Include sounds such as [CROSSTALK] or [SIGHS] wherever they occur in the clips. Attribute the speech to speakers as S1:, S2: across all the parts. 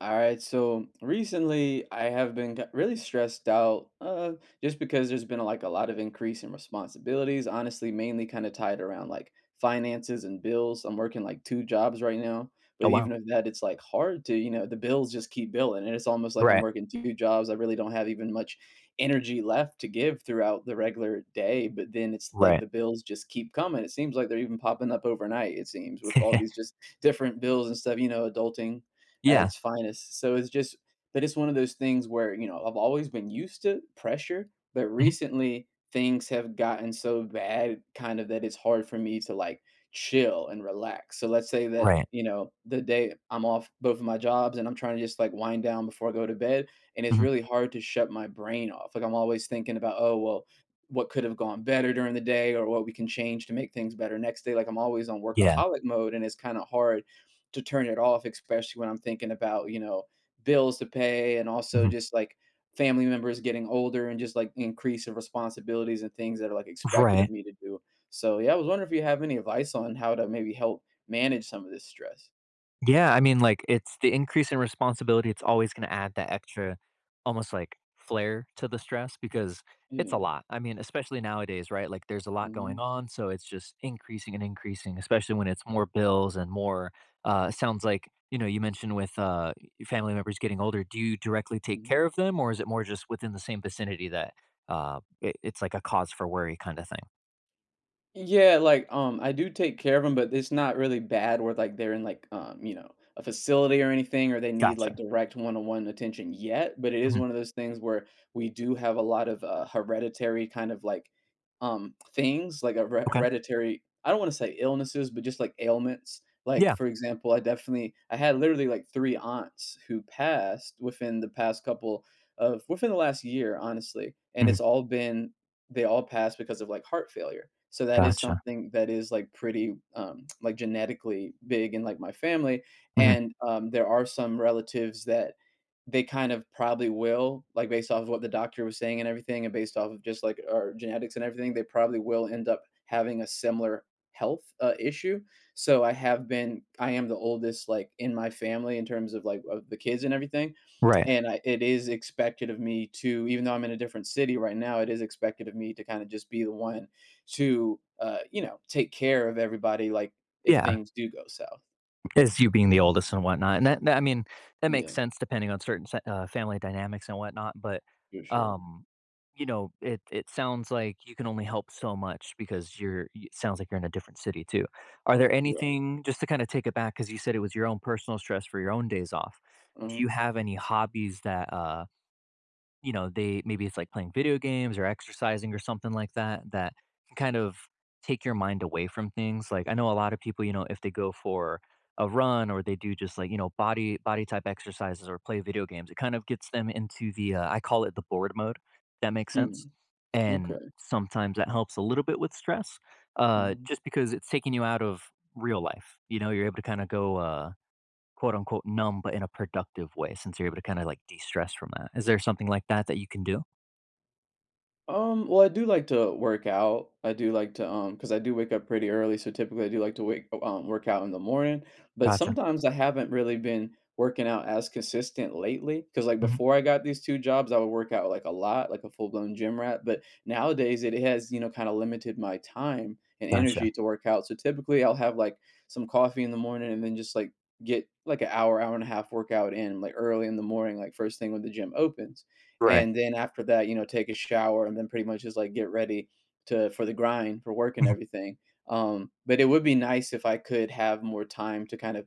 S1: All right, so recently I have been really stressed out, just because there's been like a lot of increase in responsibilities, honestly, mainly kind of tied around like finances and bills. I'm working like two jobs right now, but
S2: Oh, wow.
S1: even with that, it's like hard to, you know, the bills just keep billing. And it's almost like I'm
S2: Right.
S1: working two jobs. I really don't have even much energy left to give throughout the regular day, but then it's like
S2: Right.
S1: the bills just keep coming. It seems like they're even popping up overnight, it seems, with all these just different bills and stuff, you know, adulting at
S2: Yeah.
S1: its finest. So it's just But it's one of those things where, you know, I've always been used to pressure, but
S2: Mhm.
S1: recently things have gotten so bad kind of that it's hard for me to like chill and relax. So let's say that,
S2: Right.
S1: you know, the day I'm off both of my jobs and I'm trying to just like wind down before I go to bed. And it's
S2: Mhm.
S1: really hard to shut my brain off. Like I'm always thinking about, oh, well, what could have gone better during the day or what we can change to make things better next day. Like I'm always on
S2: Yeah.
S1: workaholic mode and it's kind of hard to turn it off, especially when I'm thinking about, you know, bills to pay and also
S2: Mhm.
S1: just like family members getting older and just like increase of responsibilities and things that are like expected of
S2: Right.
S1: me to do. So yeah, I was wondering if you have any advice on how to maybe help manage some of this stress.
S2: Yeah, I mean, like, it's the increase in responsibility, it's always gonna add that extra almost, like, flair to the stress because it's
S1: Yeah.
S2: a lot. I mean, especially nowadays, right? Like, there's a lot going
S1: Hmm.
S2: on, so it's just increasing and increasing, especially when it's more bills and more, sounds like, you know, you mentioned with, family members getting older. Do you directly take care of them, or is it more just within the same vicinity that, it's like a cause for worry kinda thing?
S1: Yeah, like, I do take care of them, but it's not really bad where, like, they're in, like, you know, a facility or anything, or they need, like,
S2: Gotcha.
S1: direct one-on-one attention yet, but it is
S2: Mhm.
S1: one of those things where we do have a lot of, hereditary kind of, like, things, like, a re
S2: Okay.
S1: hereditary I don't wanna say illnesses, but just, like, ailments. Like,
S2: Yeah.
S1: for example, I had literally, like, 3 aunts who passed within the past couple of within the last year, honestly, and it's
S2: Mhm.
S1: all been they all passed because of, like, heart failure. So that is
S2: Gotcha.
S1: something that is, like, pretty, like, genetically big in, like, my family,
S2: Mhm.
S1: and, there are some relatives that they kind of probably will, like, based off of what the doctor was saying and everything, and based off of just, like, our genetics and everything, they probably will end up having a similar health, issue. So I have been I am the oldest, like, in my family in terms of, like, of the kids and everything,
S2: Right.
S1: and I it is expected of me to even though I'm in a different city right now, it is expected of me to kinda just be the one to, you know, take care of everybody, like, if
S2: Yeah.
S1: things do go south.
S2: As you being the oldest and whatnot, and I mean, that makes
S1: Yeah,
S2: sense depending on certain family dynamics and whatnot. But,
S1: for sure.
S2: um, you know, it sounds like you can only help so much because it sounds like you're in a different city too. Are there
S1: Right.
S2: anything just to kind of take it back because you said it was your own personal stress for your own days off? Do you
S1: Mhm.
S2: have any hobbies that you know, they maybe it's like playing video games or exercising or something like that that can kind of take your mind away from things. Like I know a lot of people, you know, if they go for a run or they do just like, you know, body type exercises or play video games, it kind of gets them into the I call it the bored mode, if that makes sense.
S1: Hmm.
S2: And
S1: Okay.
S2: sometimes that helps a little bit with stress.
S1: Mhm.
S2: Just because it's taking you out of real life. You know, you're able to kind of go quote unquote numb, but in a productive way since you're able to kind of like de-stress from that. Is there something like that that you can do?
S1: Well, I do like to work out. I do like to because I do wake up pretty early, so typically I do like to wake work out in the morning. But
S2: Gotcha.
S1: sometimes I haven't really been working out as consistent lately. Because like
S2: Mhm.
S1: before I got these two jobs, I would work out like a lot, like a full blown gym rat. But nowadays it has you know kind of limited my time and
S2: Gotcha.
S1: energy to work out. So typically I'll have like some coffee in the morning and then just like get like an hour, hour and a half workout in like early in the morning, like first thing when the gym opens.
S2: Right.
S1: And then after that, you know, take a shower and then pretty much just, like, get ready to for the grind, for work and
S2: Mhm.
S1: everything. But it would be nice if I could have more time to kind of,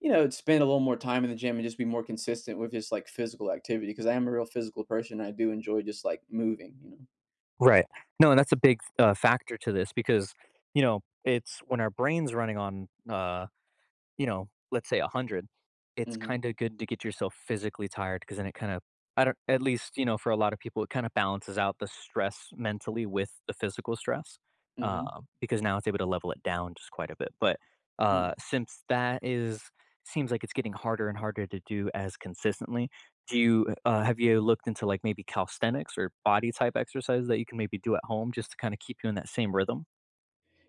S1: you know, spend a little more time in the gym and just be more consistent with just, like, physical activity because I am a real physical person, and I do enjoy just, like, moving, you know?
S2: Right. No, and that's a big factor to this because, you know, it's when our brain's running on you know, let's say 100, it's
S1: Mhm.
S2: kinda good to get yourself physically tired because then it kinda, I don't, at least, you know, for a lot of people, it kinda balances out the stress mentally with the physical stress,
S1: Mhm.
S2: because now it's able to level it down just quite a bit, but,
S1: Yeah.
S2: since that is, seems like it's getting harder and harder to do as consistently, do you have you looked into, like, maybe calisthenics or body type exercises that you can maybe do at home just to kinda keep you in that same rhythm?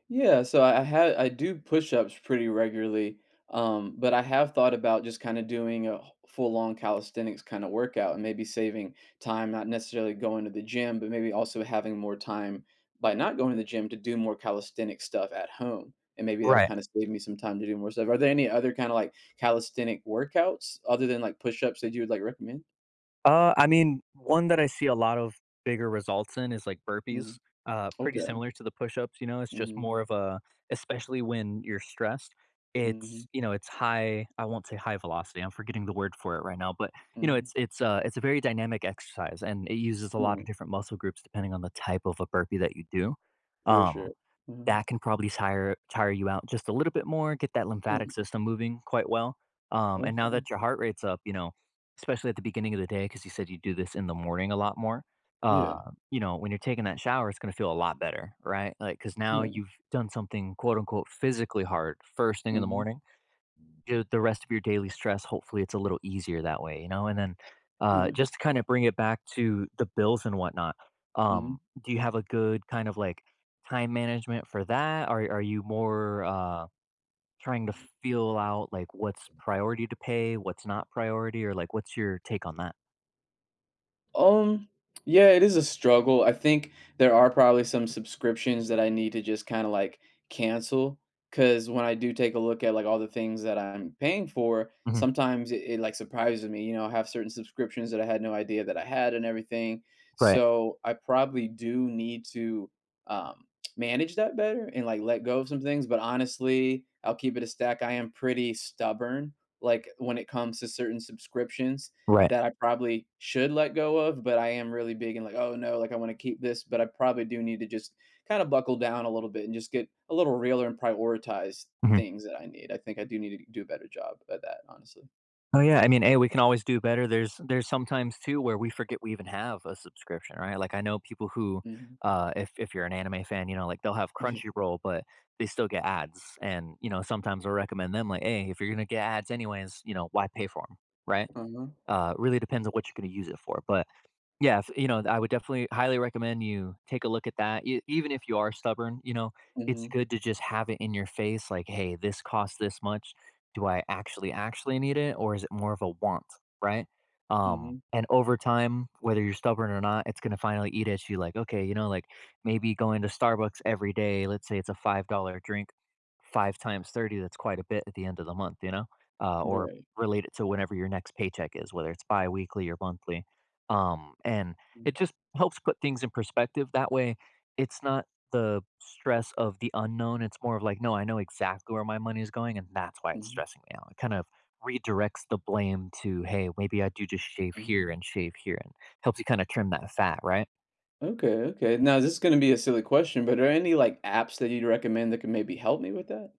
S1: Yeah, so I do push-ups pretty regularly, but I have thought about just kind of doing a full-on calisthenics kind of workout and maybe saving time, not necessarily going to the gym, but maybe also having more time by not going to the gym to do more calisthenic stuff at home. And maybe that would
S2: Right.
S1: kind of save me some time to do more stuff. Are there any other kind of like calisthenic workouts other than like push-ups that you would like recommend?
S2: I mean, one that I see a lot of bigger results in is like
S1: Hmm.
S2: burpees. Pretty
S1: Okay.
S2: similar to the push-ups, you know, it's just
S1: Hmm.
S2: more of a, especially when you're stressed, it's,
S1: Hmm.
S2: you know, it's high. I won't say high velocity. I'm forgetting the word for it right now, but you know,
S1: Hmm.
S2: it's a very dynamic exercise and it uses a lot
S1: Yeah,
S2: of different muscle groups depending on the type of a burpee that you do.
S1: for
S2: Um
S1: sure. Hmm.
S2: that can probably tire you out just a little bit more, get that
S1: Yeah.
S2: lymphatic system moving quite well, and now
S1: Okay.
S2: that your heart rate's up, you know, especially at the beginning of the day, because you said you do this in the morning a lot more,
S1: Yeah.
S2: you know, when you're taking that shower, it's gonna feel a lot better, right? Like, cause now you've done something, quote, unquote, "physically hard," first thing in the
S1: Mhm,
S2: morning. The rest of your daily stress, hopefully it's a little easier that way, you know? And then
S1: yeah,
S2: just to kind of bring it back to the bills and whatnot,
S1: mhm.
S2: um, do you have a good kind of like time management for that? Or are you more trying to feel out like what's priority to pay, what's not priority, or like what's your take on that?
S1: Um, yeah, it is a struggle. I think there are probably some subscriptions that I need to just kinda, like, cancel. Because when I do take a look at, like, all the things that I'm paying for,
S2: Hmm.
S1: sometimes it, like, surprises me, you know, I have certain subscriptions that I had no idea that I had and everything.
S2: Right,
S1: So, I probably do need to, um, manage that better and, like, let go of some things, but honestly, I'll keep it a stack. I am pretty stubborn, like, when it comes to certain subscriptions,
S2: right.
S1: that I probably should let go of, but I am really big and like, "Oh, no, like, I wanna keep this," but I probably do need to just kinda buckle down a little bit and just get a little realer and prioritize
S2: Mhm.
S1: things that I need. I think I do need to do a better job at that, honestly.
S2: Oh, yeah, I mean, hey, we can always do better. There's sometimes too where we forget we even have a subscription, right? Like, I know people who,
S1: Mhm.
S2: if you're an anime fan, you know, like, they'll have
S1: Yeah.
S2: Crunchyroll, but they still get ads, and, you know, sometimes I'll recommend them, like, "Hey, if you're gonna get ads anyways, you know, why pay for them? Right?
S1: Uh-huh.
S2: Really depends on what you're gonna use it for, but yeah, if you know, I would definitely highly recommend you take a look at that. E even if you are stubborn, you know, it's
S1: Mhm.
S2: good to just have it in your face like, "Hey, this costs this much. Do I actually, actually need it, or is it more of a want?" Right?
S1: Mhm.
S2: And over time, whether you're stubborn or not, it's gonna finally eat at you like, "Okay, you know, like, maybe going to Starbucks every day, let's say it's a $5 drink, 5 times 30, that's quite a bit at the end of the month," you know? Or
S1: Right.
S2: relate it to whenever your next paycheck is, whether it's biweekly or monthly. And
S1: Mm.
S2: it just helps put things in perspective. That way, it's not the stress of the unknown. It's more of like, no, I know exactly where my money is going, and that's why it's
S1: Mhm.
S2: stressing me out. It kind of redirects the blame to, hey, maybe I do just
S1: Mhm.
S2: shave here, and helps you kind of trim that fat, right?
S1: Okay, okay. Now this is gonna be a silly question, but are any, like, apps that you'd recommend that can maybe help me with that?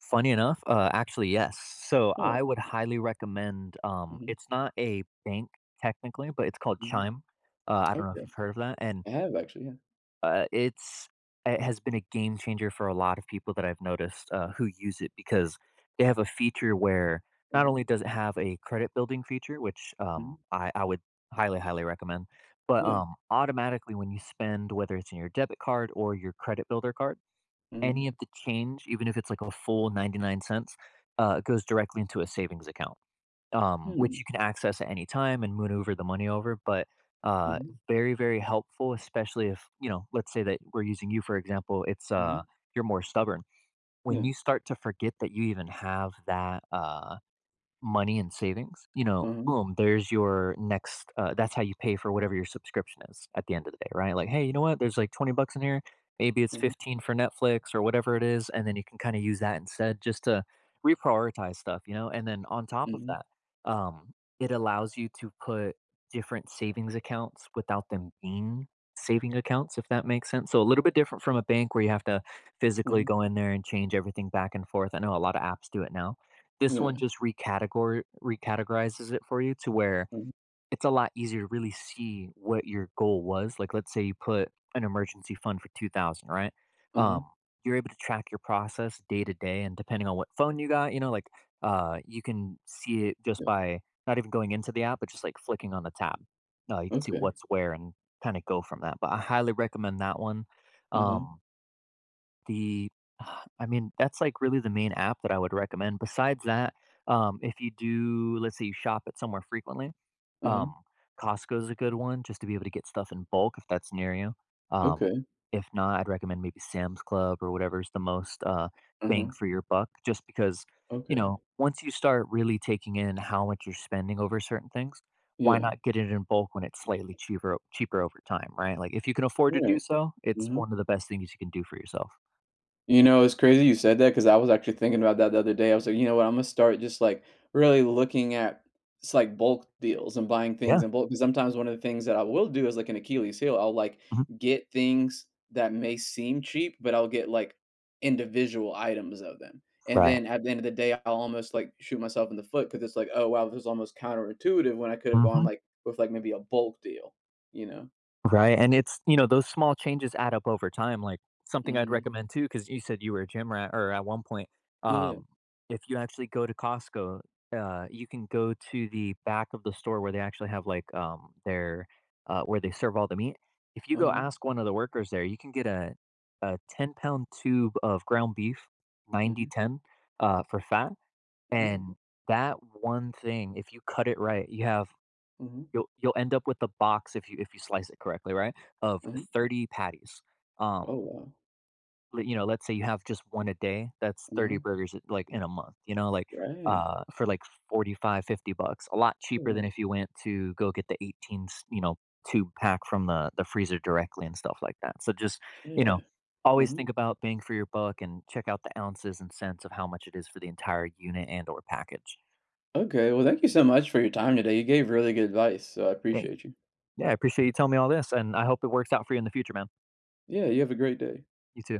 S2: Funny enough, actually, yes. So
S1: Oh.
S2: I would highly recommend.
S1: Mhm.
S2: It's not a bank technically, but it's called
S1: Mhm.
S2: Chime. I don't know if
S1: Okay.
S2: you've heard of that, and
S1: I have actually, yeah.
S2: Uh, it's it has been a game changer for a lot of people that I've noticed, who use it because they have a feature where, not
S1: Mhm.
S2: only does it have a credit building feature, which
S1: Mhm.
S2: I would highly, highly recommend, but
S1: Yeah.
S2: automatically when you spend, whether it's in your debit card or your credit builder card,
S1: Mhm.
S2: any of the change, even if it's like a full 99 cents, goes directly into a savings account, which
S1: Hmm.
S2: you can access at any time and maneuver the money over. But uh,
S1: Mhm.
S2: very, very helpful, especially if you know, let's say that we're using you for example. It's
S1: Mhm.
S2: you're more stubborn, when
S1: Yeah.
S2: you start to forget that you even have that money and savings, you know,
S1: Uh-huh.
S2: boom, there's your next that's how you pay for whatever your subscription is at the end of the day, right? Like, hey, you know what? There's like 20 bucks in here. Maybe it's
S1: Uh-huh.
S2: 15 for Netflix or whatever it is. And then you can kind of use that instead just to reprioritize stuff, you know? And then on top of
S1: Mhm.
S2: that, um, it allows you to put different savings accounts without them being saving accounts, if that makes sense. So a little bit different from a bank where you have to physically
S1: Uh-huh.
S2: go in there and change everything back and forth. I know a lot of apps do it now. This
S1: Yeah.
S2: one just recategorizes it for you to where
S1: Uh-huh.
S2: it's a lot easier to really see what your goal was, like, let's say you put an emergency fund for 2,000, right?
S1: Uh-huh.
S2: Um, you're able to track your process day to day, and depending on what phone you got, you know, like, you can see it just
S1: Yeah.
S2: by not even going into the app, but just, like, flicking on the tab. You can see
S1: Okay.
S2: what's where and kinda go from that, but I highly recommend that one.
S1: Uh-huh.
S2: Um the [SIGHS] I mean, that's, like, really the main app that I would recommend. Besides that, if you do, let's say you shop at somewhere frequently,
S1: Uh-huh.
S2: um, Costco's a good one just to be able to get stuff in bulk if that's near you. Um,
S1: Okay.
S2: if not, I'd recommend maybe Sam's Club or whatever's the most,
S1: Uh-huh.
S2: bang for your buck just because, you
S1: Okay.
S2: know, once you start really taking in how much you're spending over certain things, why
S1: Yeah.
S2: not get it in bulk when it's slightly cheaper over time, right? Like, if you can afford
S1: All
S2: to do
S1: right.
S2: so, it's
S1: Uh-huh.
S2: one of the best things you can do for yourself.
S1: You know, it's crazy you said that because I was actually thinking about that the other day. I was like, you know what? I'm gonna start just like really looking at it's like bulk deals and buying things
S2: Yeah.
S1: in bulk. Because sometimes one of the things that I will do is like an Achilles heel. I'll like
S2: Mhm.
S1: get things that may seem cheap, but I'll get like individual items of them. And
S2: Right.
S1: then at the end of the day, I'll almost like shoot myself in the foot because it's like, oh wow, this is almost counterintuitive when I could have gone
S2: Mhm.
S1: like with like maybe a bulk deal, you know?
S2: Right, and it's, you know, those small changes add up over time, like, something I'd
S1: Mm-hmm.
S2: recommend too, because you said you were a gym rat or at one point,
S1: Yeah.
S2: um, if you actually go to Costco, you can go to the back of the store where they actually have, like, their, where they serve all the meat. If you go
S1: Uh-huh.
S2: ask one of the workers there, you can get a 10-pound tube of ground beef, ninety
S1: Mm-hmm.
S2: ten for fat,
S1: Oh.
S2: and that one thing, if you cut it right,
S1: Mm-hmm.
S2: You'll end up with a box if you slice it correctly, right? Of
S1: Mm-hmm.
S2: 30 patties. Um,
S1: Oh wow.
S2: you know, let's say you have just one a day. That's 30
S1: All
S2: burgers like in a month. You know, like
S1: right.
S2: for like 45, 50 bucks, a lot cheaper than
S1: Well,
S2: if you went to go get the 18 you know, tube pack from the freezer directly and stuff like that, so just, you
S1: yeah.
S2: know, always
S1: Mhm.
S2: think about bang for your buck and check out the ounces and cents of how much it is for the entire unit and or package.
S1: Okay. Well, thank you so much for your time today. You gave really good advice, so I
S2: Hey,
S1: appreciate you.
S2: yeah, I appreciate you telling me all this, and I hope it works out for you in the future, man.
S1: Yeah, you have a great day.
S2: You too.